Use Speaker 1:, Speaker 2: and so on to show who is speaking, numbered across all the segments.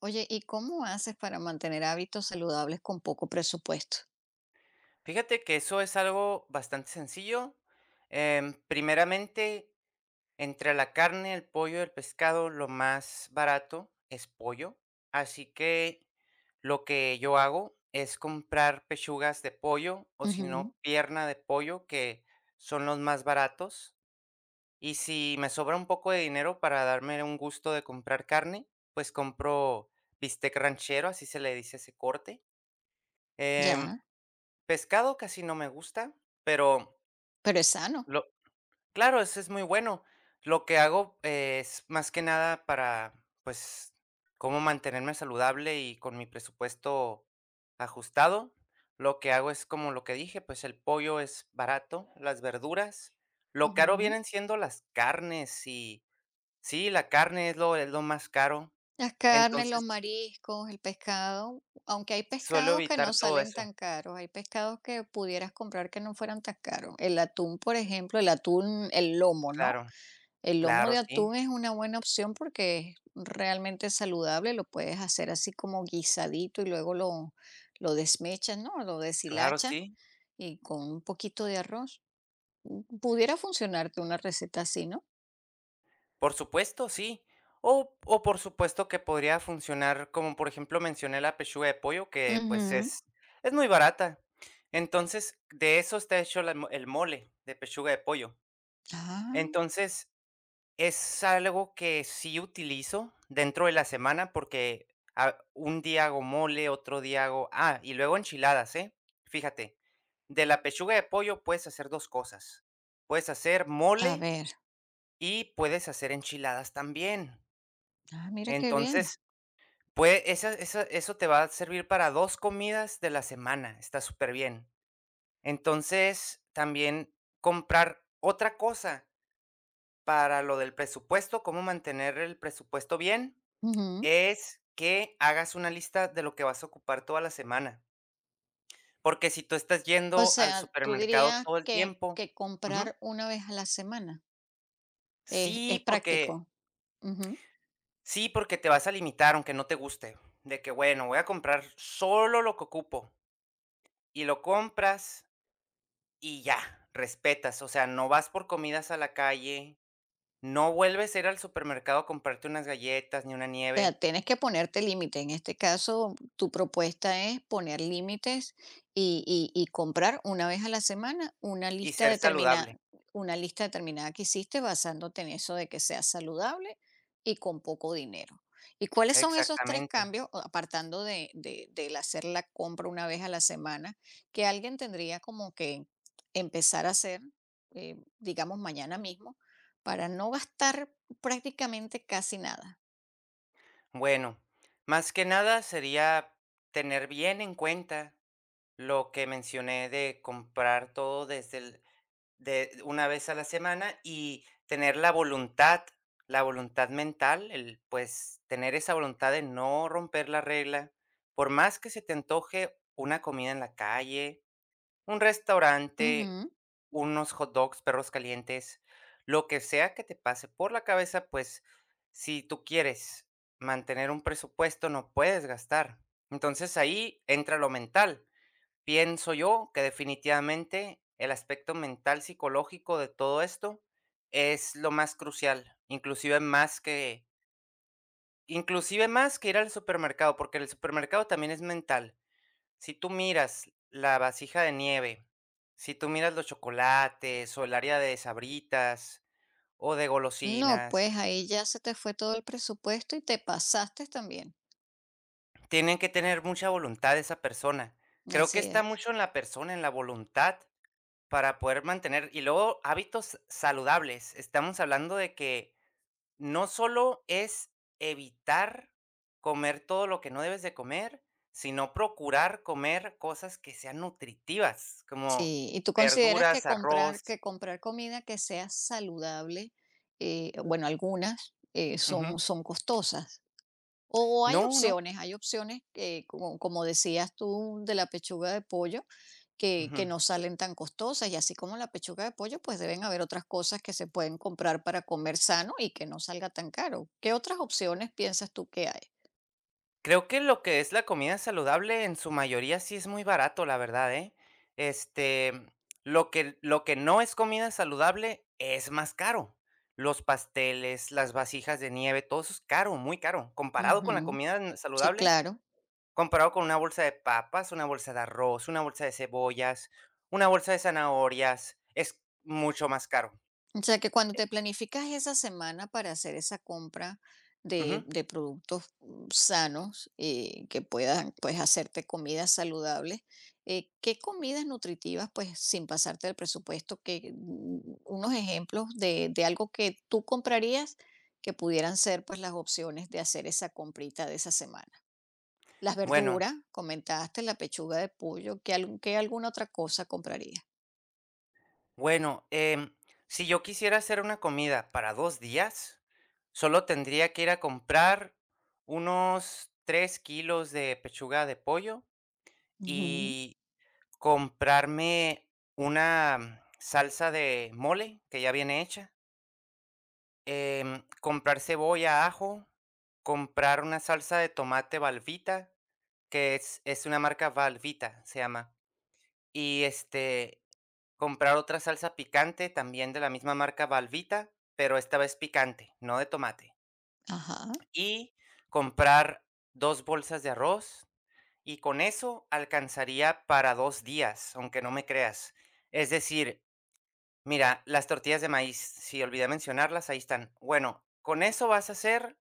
Speaker 1: Oye, ¿y cómo haces para mantener hábitos saludables con poco presupuesto?
Speaker 2: Fíjate que eso es algo bastante sencillo. Primeramente, entre la carne, el pollo y el pescado, lo más barato es pollo. Así que lo que yo hago es comprar pechugas de pollo o si
Speaker 1: Ujú,
Speaker 2: no, pierna de pollo, que son los más baratos. Y si me sobra un poco de dinero para darme un gusto de comprar carne, pues compro bistec ranchero, así se le dice ese corte. Em,
Speaker 1: ya,
Speaker 2: Pescado casi no me gusta, pero
Speaker 1: pero es sano.
Speaker 2: Lo claro, eso es muy bueno. Lo que hago es más que nada para, pues, cómo mantenerme saludable y con mi presupuesto ajustado. Lo que hago es como lo que dije, pues el pollo es barato, las verduras. Lo caro
Speaker 1: Ujú.
Speaker 2: vienen siendo las carnes y sí, la carne es lo más caro.
Speaker 1: Las carnes, los
Speaker 2: Entonces,
Speaker 1: mariscos, el pescado, aunque hay
Speaker 2: suelo
Speaker 1: pescados que no
Speaker 2: evitar todo
Speaker 1: salen
Speaker 2: eso.
Speaker 1: tan caros, hay pescados que pudieras comprar que no fueran tan caros. El atún, por ejemplo, el atún, el lomo, ¿no?
Speaker 2: Claro,
Speaker 1: El lomo
Speaker 2: claro,
Speaker 1: de
Speaker 2: sí,
Speaker 1: atún es una buena opción porque es realmente saludable, lo puedes hacer así como guisadito y luego lo desmechas, ¿no? Lo
Speaker 2: claro,
Speaker 1: deshilachas
Speaker 2: sí.
Speaker 1: y con un poquito de arroz. Pudiera funcionarte una receta así, ¿no?
Speaker 2: Por supuesto, sí. O por supuesto que podría funcionar, como por ejemplo mencioné la pechuga de pollo, que pues
Speaker 1: Ujú.
Speaker 2: es muy barata. Entonces, de eso está hecho el mole de pechuga de pollo.
Speaker 1: Ah,
Speaker 2: Entonces, es algo que sí utilizo dentro de la semana porque un día hago mole, otro día hago... Ah, y luego enchiladas, ¿eh? Fíjate, de la pechuga de pollo puedes hacer dos cosas. Puedes hacer
Speaker 1: a
Speaker 2: mole
Speaker 1: ver.
Speaker 2: y puedes hacer enchiladas también.
Speaker 1: Ah, mira qué bien.
Speaker 2: Entonces, pues esa esa eso te va a servir para 2 comidas de la semana, está súper bien. Entonces, también comprar otra cosa para lo del presupuesto, cómo mantener el presupuesto bien,
Speaker 1: Ujú.
Speaker 2: es que hagas una lista de lo que vas a ocupar toda la semana, porque si tú estás
Speaker 1: O
Speaker 2: yendo al
Speaker 1: sea, tú
Speaker 2: supermercado
Speaker 1: dirías
Speaker 2: todo el
Speaker 1: que,
Speaker 2: tiempo.
Speaker 1: que
Speaker 2: Ujú.
Speaker 1: comprar una vez a la semana es
Speaker 2: Sí, porque
Speaker 1: práctico.
Speaker 2: sí, porque te vas a limitar, aunque no te guste, de que, bueno, voy a comprar solo lo que ocupo, y lo compras. Y ya, respetas, o sea, no vas por comidas a la calle, no vuelves a ir al supermercado a comprarte unas galletas ni una
Speaker 1: O sea,
Speaker 2: nieve
Speaker 1: tienes que ponerte límite. En este caso, tu propuesta es poner límites y comprar una vez a la semana
Speaker 2: y ser saludable.
Speaker 1: una lista determinada que hiciste basándote en eso de que sea saludable y con poco dinero. ¿Y cuáles son esos tres
Speaker 2: Exactamente.
Speaker 1: cambios, o apartando del hacer la compra una vez a la semana, que alguien tendría como que empezar a hacer, digamos, mañana mismo, para no gastar prácticamente casi nada?
Speaker 2: Bueno, más que nada sería tener bien en cuenta lo que mencioné de comprar todo desde el de una vez a la semana y tener la voluntad mental, pues, tener esa voluntad de no romper la regla, por más que se te antoje una comida en la calle, un restaurante,
Speaker 1: Ujú.
Speaker 2: unos hot dogs, perros calientes, lo que sea que te pase por la cabeza, pues, si tú quieres mantener un presupuesto, no puedes gastar. Entonces ahí entra lo mental. Pienso yo que definitivamente el aspecto mental psicológico de todo esto es lo más crucial, inclusive más que ir al supermercado, porque el supermercado también es mental. Si tú miras la vasija de nieve, si tú miras los chocolates o el área de sabritas o de
Speaker 1: No,
Speaker 2: golosinas,
Speaker 1: pues ahí ya se te fue todo el presupuesto y te pasaste también.
Speaker 2: tienen que tener mucha voluntad esa persona. Creo que
Speaker 1: Así
Speaker 2: está
Speaker 1: es.
Speaker 2: mucho en la persona, en la voluntad. Para poder mantener y luego hábitos saludables. Estamos hablando de que no solo es evitar comer todo lo que no debes de comer, sino procurar comer cosas que sean nutritivas, como
Speaker 1: Sí, ¿y tú consideras que
Speaker 2: verduras,
Speaker 1: comprar,
Speaker 2: arroz.
Speaker 1: que comprar comida que sea saludable, bueno, algunas son,
Speaker 2: Ujú.
Speaker 1: son costosas? O
Speaker 2: No, no.
Speaker 1: hay opciones que, como, como decías tú, de la pechuga de pollo, que
Speaker 2: Ujú.
Speaker 1: no salen tan costosas. Y así como la pechuga de pollo, pues deben haber otras cosas que se pueden comprar para comer sano y que no salga tan caro. ¿Qué otras opciones piensas tú que hay?
Speaker 2: Creo que lo que es la comida saludable en su mayoría sí es muy barato, la verdad, ¿eh? Este, lo que no es comida saludable es más caro. Los pasteles, las vasijas de nieve, todo eso es caro, muy caro. Comparado con la
Speaker 1: Ujú.
Speaker 2: comida
Speaker 1: Sí,
Speaker 2: saludable,
Speaker 1: claro.
Speaker 2: comparado con una bolsa de papas, una bolsa de arroz, una bolsa de cebollas, una bolsa de zanahorias, es mucho más caro.
Speaker 1: O sea, que cuando te planificas esa semana para hacer esa compra de,
Speaker 2: Ujú.
Speaker 1: de productos sanos y que puedan pues hacerte comidas saludables, ¿qué comidas nutritivas pues sin pasarte del presupuesto? Que, unos ejemplos de algo que tú comprarías que pudieran ser pues las opciones de hacer esa comprita de esa semana. Las
Speaker 2: Bueno,
Speaker 1: verduras, comentaste, la pechuga de pollo, ¿qué, qué alguna otra cosa comprarías?
Speaker 2: Bueno, si yo quisiera hacer una comida para 2 días, solo tendría que ir a comprar unos 3 kilos de pechuga de pollo
Speaker 1: Ujú,
Speaker 2: y comprarme una salsa de mole que ya viene hecha, comprar cebolla, ajo, comprar una salsa de tomate Valvita, que es una marca Valvita, se llama. Y, comprar otra salsa picante, también de la misma marca Valvita, pero esta vez picante, no de tomate.
Speaker 1: ajá,
Speaker 2: Y comprar 2 bolsas de arroz, y con eso alcanzaría para 2 días, aunque no me creas. Es decir, mira, las tortillas de maíz, si olvidé mencionarlas, ahí están. Bueno, con eso vas a hacer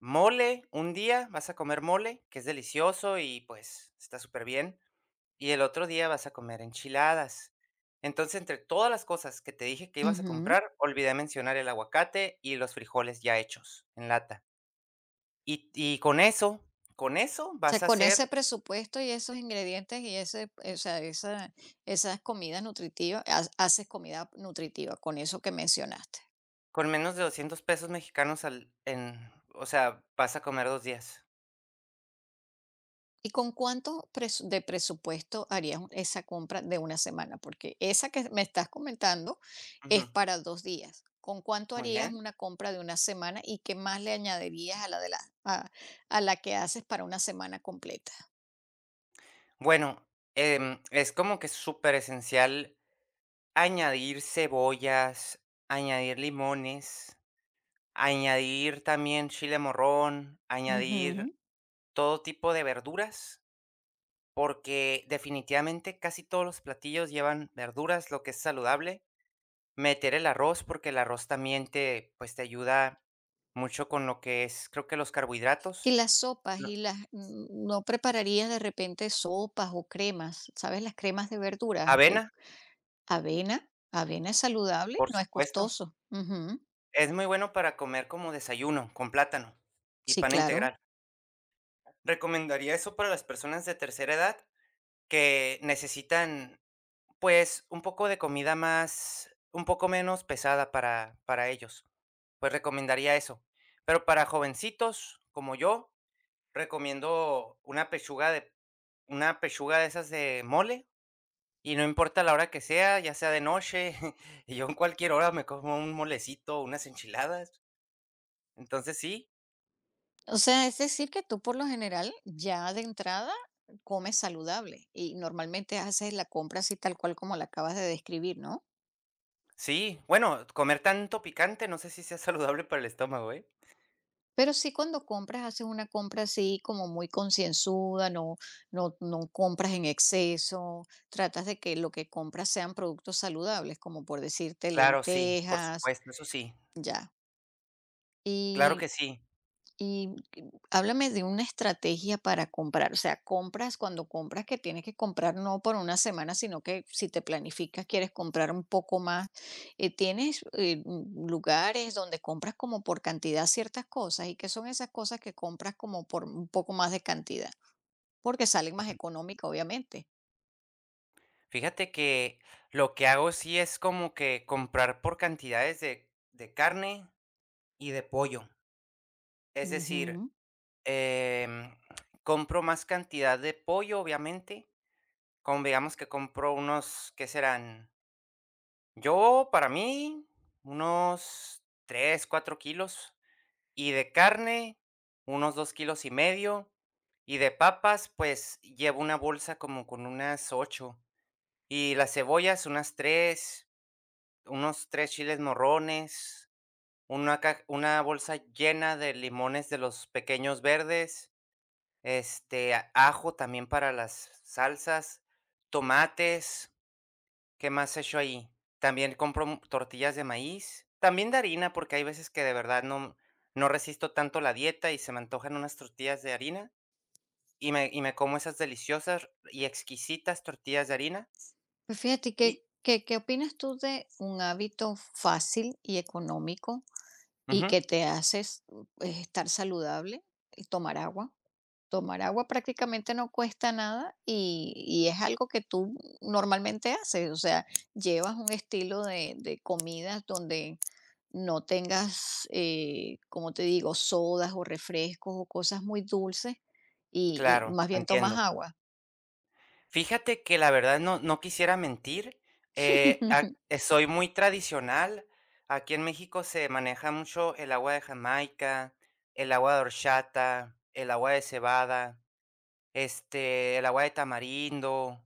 Speaker 2: mole un día, vas a comer mole, que es delicioso y, pues, está súper bien y el otro día vas a comer enchiladas. Entonces, entre todas las cosas que te dije que ibas a
Speaker 1: ujú.
Speaker 2: comprar, olvidé mencionar el aguacate y los frijoles ya hechos en lata. Y con eso
Speaker 1: O sea,
Speaker 2: vas a
Speaker 1: con ese
Speaker 2: hacer
Speaker 1: presupuesto y esos ingredientes y ese, o sea, esa, esas comidas nutritivas, haces comida nutritiva con eso que mencionaste.
Speaker 2: con menos de 200 pesos mexicanos o sea, vas a comer 2 días.
Speaker 1: ¿Y con cuánto de presupuesto harías esa compra de una semana? Porque esa que me estás comentando
Speaker 2: Ujú.
Speaker 1: es para dos días. ¿Con cuánto
Speaker 2: Muy
Speaker 1: harías
Speaker 2: bien.
Speaker 1: una compra de una semana y qué más le añadirías a la de la, a, a la que haces para una semana completa?
Speaker 2: Bueno, es como que súper esencial añadir cebollas, añadir limones, añadir también chile morrón, añadir
Speaker 1: Ujú.
Speaker 2: todo tipo de verduras, porque definitivamente casi todos los platillos llevan verduras, lo que es saludable. Meter el arroz, porque el arroz también te, pues, te ayuda mucho con lo que es, creo que los
Speaker 1: Y
Speaker 2: carbohidratos.
Speaker 1: las sopas, y
Speaker 2: No,
Speaker 1: las ¿no prepararías de repente sopas o cremas? ¿Sabes? Las cremas de verdura, que
Speaker 2: avena,
Speaker 1: avena es saludable,
Speaker 2: por
Speaker 1: no es
Speaker 2: supuesto.
Speaker 1: costoso. Ujú.
Speaker 2: Es muy bueno para comer como desayuno, con plátano y
Speaker 1: Sí,
Speaker 2: pan
Speaker 1: claro.
Speaker 2: integral. Recomendaría eso para las personas de tercera edad que necesitan, pues, un poco de comida más un poco menos pesada para ellos, pues, recomendaría eso. Pero para jovencitos como yo, recomiendo una pechuga de esas de mole, y no importa la hora que sea, ya sea de noche, y yo en cualquier hora me como un molecito, unas enchiladas. Entonces sí,
Speaker 1: O sea, es decir, que tú por lo general ya de entrada comes saludable y normalmente haces la compra así tal cual como la acabas de describir, ¿no?
Speaker 2: sí, bueno, comer tanto picante, no sé si sea saludable para el estómago, ¿eh?
Speaker 1: Pero sí cuando compras, haces una compra así como muy concienzuda, no, no compras en exceso, tratas de que lo que compras sean productos saludables, como por decirte
Speaker 2: Claro, sí, por
Speaker 1: lentejas,
Speaker 2: supuesto, eso sí,
Speaker 1: ya.
Speaker 2: claro
Speaker 1: Y
Speaker 2: que sí.
Speaker 1: y háblame de una estrategia para comprar, o sea, compras cuando compras que tienes que comprar no por una semana, sino que si te planificas quieres comprar un poco más. ¿Tienes lugares donde compras como por cantidad ciertas cosas? ¿Y qué son esas cosas que compras como por un poco más de cantidad? Porque salen más económicas, obviamente.
Speaker 2: Fíjate que lo que hago sí es como que comprar por cantidades de carne y de pollo. Es decir,
Speaker 1: Ujú.
Speaker 2: em, compro más cantidad de pollo, obviamente. Como digamos que compro unos, ¿qué serán? Yo, para mí, unos 3 4 kilos. Y de carne, unos 2 kilos y medio. Y de papas, pues llevo una bolsa como con unas ocho. Y las cebollas, unas 3. Unos 3 chiles morrones, una bolsa llena de limones de los pequeños verdes, ajo también para las salsas, tomates, ¿qué más echo ahí? También compro tortillas de maíz, también de harina, porque hay veces que de verdad no resisto tanto la dieta y se me antojan unas tortillas de harina, y me como esas deliciosas y exquisitas tortillas de harina
Speaker 1: Pues fíjate,
Speaker 2: y
Speaker 1: ¿qué opinas tú de un hábito fácil y económico y
Speaker 2: ujú,
Speaker 1: que te haces pues, estar saludable, y tomar agua. Tomar agua prácticamente no cuesta nada y es algo que tú normalmente haces, o sea, llevas un estilo de comidas donde no tengas, como te digo, sodas o refrescos o cosas muy dulces y
Speaker 2: claro,
Speaker 1: más bien tomas
Speaker 2: entiendo.
Speaker 1: agua.
Speaker 2: Fíjate que la verdad no quisiera mentir, ac soy muy tradicional. Aquí en México se maneja mucho el agua de Jamaica, el agua de horchata, el agua de cebada, el agua de tamarindo,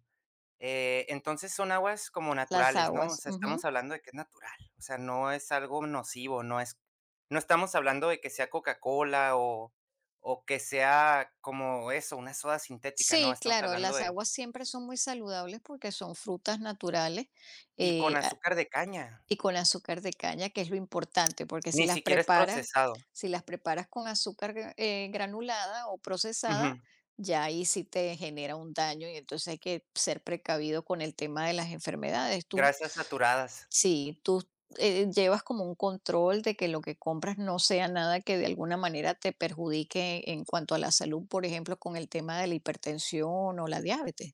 Speaker 2: entonces son aguas como
Speaker 1: Las
Speaker 2: naturales, ¿no? O
Speaker 1: aguas.
Speaker 2: sea, estamos
Speaker 1: Ujú.
Speaker 2: hablando de que es natural, o sea, no es algo nocivo, no estamos hablando de que sea Coca-Cola o que sea como eso, una soda sintética, no,
Speaker 1: Sí,
Speaker 2: estamos
Speaker 1: claro,
Speaker 2: hablando
Speaker 1: las
Speaker 2: de
Speaker 1: aguas siempre son muy saludables porque son frutas naturales.
Speaker 2: y con
Speaker 1: Eh,
Speaker 2: azúcar de caña,
Speaker 1: Y con azúcar de caña, que es lo importante, porque si
Speaker 2: ni
Speaker 1: las
Speaker 2: siquiera es
Speaker 1: preparas,
Speaker 2: procesado.
Speaker 1: si las preparas con azúcar granulada o
Speaker 2: Ujú,
Speaker 1: procesada, ya ahí sí te genera un daño y entonces hay que ser precavido con el tema de las enfermedades. Tú,
Speaker 2: grasas saturadas.
Speaker 1: sí, tú llevas como un control de que lo que compras no sea nada que de alguna manera te perjudique en cuanto a la salud, por ejemplo, con el tema de la hipertensión o la diabetes.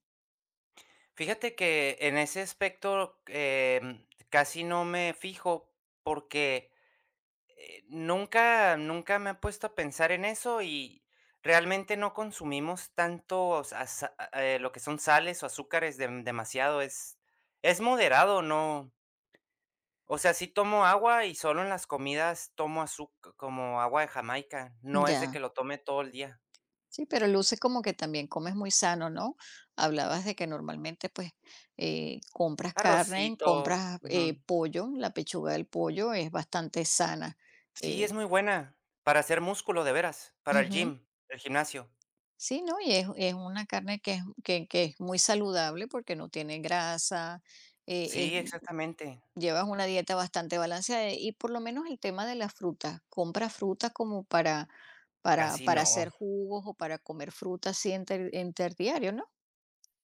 Speaker 2: Fíjate que en ese aspecto, casi no me fijo porque, nunca me he puesto a pensar en eso y realmente no consumimos tantos as lo que son sales o azúcares demasiado, es moderado, no o sea, sí tomo agua y solo en las comidas tomo azúcar como agua de Jamaica, no es de
Speaker 1: Ya.
Speaker 2: que lo tome todo el día.
Speaker 1: Sí, pero luce como que también comes muy sano, ¿no? Hablabas de que normalmente pues compras carne,
Speaker 2: Arrocito,
Speaker 1: compras
Speaker 2: ujú.
Speaker 1: pollo, la pechuga del pollo es bastante sana.
Speaker 2: Sí, es
Speaker 1: eh,
Speaker 2: muy buena para hacer músculo, de veras, para el
Speaker 1: ujú.
Speaker 2: gym, el gimnasio.
Speaker 1: Sí, ¿no? Y es una carne que es muy saludable porque no tiene grasa, eh, es-
Speaker 2: Sí, exactamente.
Speaker 1: llevas una dieta bastante balanceada y por lo menos el tema de las frutas, compras frutas como
Speaker 2: Casi
Speaker 1: para
Speaker 2: no.
Speaker 1: hacer jugos o para comer frutas así en, en terdiario, ¿no?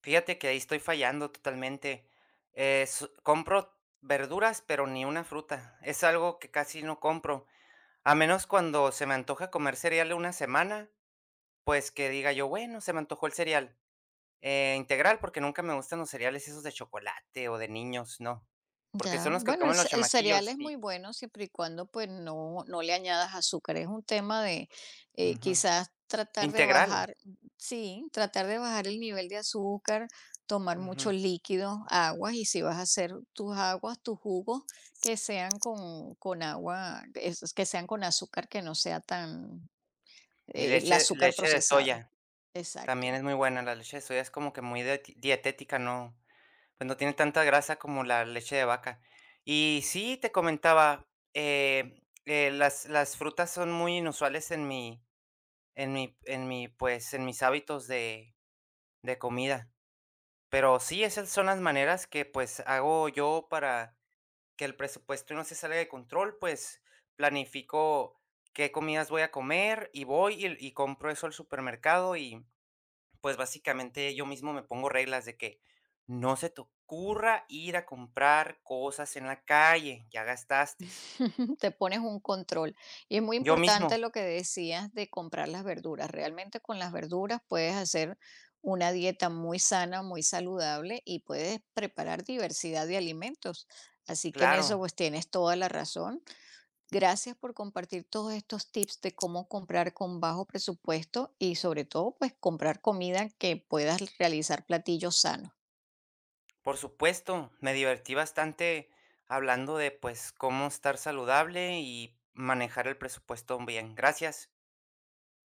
Speaker 2: Fíjate que ahí estoy fallando totalmente. Es Compro verduras, pero ni una fruta. Es algo que casi no compro, a menos cuando se me antoja comer cereal una semana, pues, que diga yo: "Bueno, se me antojó el cereal, integral", porque nunca me gustan los cereales esos de chocolate o de niños, no, porque
Speaker 1: Ya,
Speaker 2: son los que
Speaker 1: bueno,
Speaker 2: comen los
Speaker 1: el cereal
Speaker 2: chamaquillos,
Speaker 1: es muy
Speaker 2: sí.
Speaker 1: bueno siempre y cuando pues no le añadas azúcar. Es un tema de quizás tratar de
Speaker 2: Integral.
Speaker 1: bajar, sí, tratar de bajar el nivel de azúcar, tomar
Speaker 2: Ujú.
Speaker 1: muchos líquidos, aguas, y si vas a hacer tus aguas, tus jugos, que sean con agua, que sean con azúcar, que no sea tan,
Speaker 2: Y
Speaker 1: el
Speaker 2: leche
Speaker 1: azúcar
Speaker 2: leche de
Speaker 1: procesada.
Speaker 2: soya,
Speaker 1: Exacto.
Speaker 2: también es muy buena. La leche de soya es como que muy dieti dietética, no, pues, no tiene tanta grasa como la leche de vaca. Y sí, te comentaba, las frutas son muy inusuales en pues, en mis hábitos de comida. Pero sí, esas son las maneras que, pues, hago yo para que el presupuesto no se salga de control, pues planifico qué comidas voy a comer y voy y compro eso al supermercado y pues básicamente yo mismo me pongo reglas de que no se te ocurra ir a comprar cosas en la calle, ya gastaste.
Speaker 1: Te pones un control. Y es muy
Speaker 2: Yo
Speaker 1: importante
Speaker 2: mismo,
Speaker 1: lo que decías de comprar las verduras. Realmente con las verduras puedes hacer una dieta muy sana, muy saludable y puedes preparar diversidad de alimentos. Así que en
Speaker 2: claro,
Speaker 1: eso pues tienes toda la razón. Gracias por compartir todos estos tips de cómo comprar con bajo presupuesto y sobre todo pues comprar comida que puedas realizar platillos sanos.
Speaker 2: por supuesto, me divertí bastante hablando de pues cómo estar saludable y manejar el presupuesto bien. Gracias.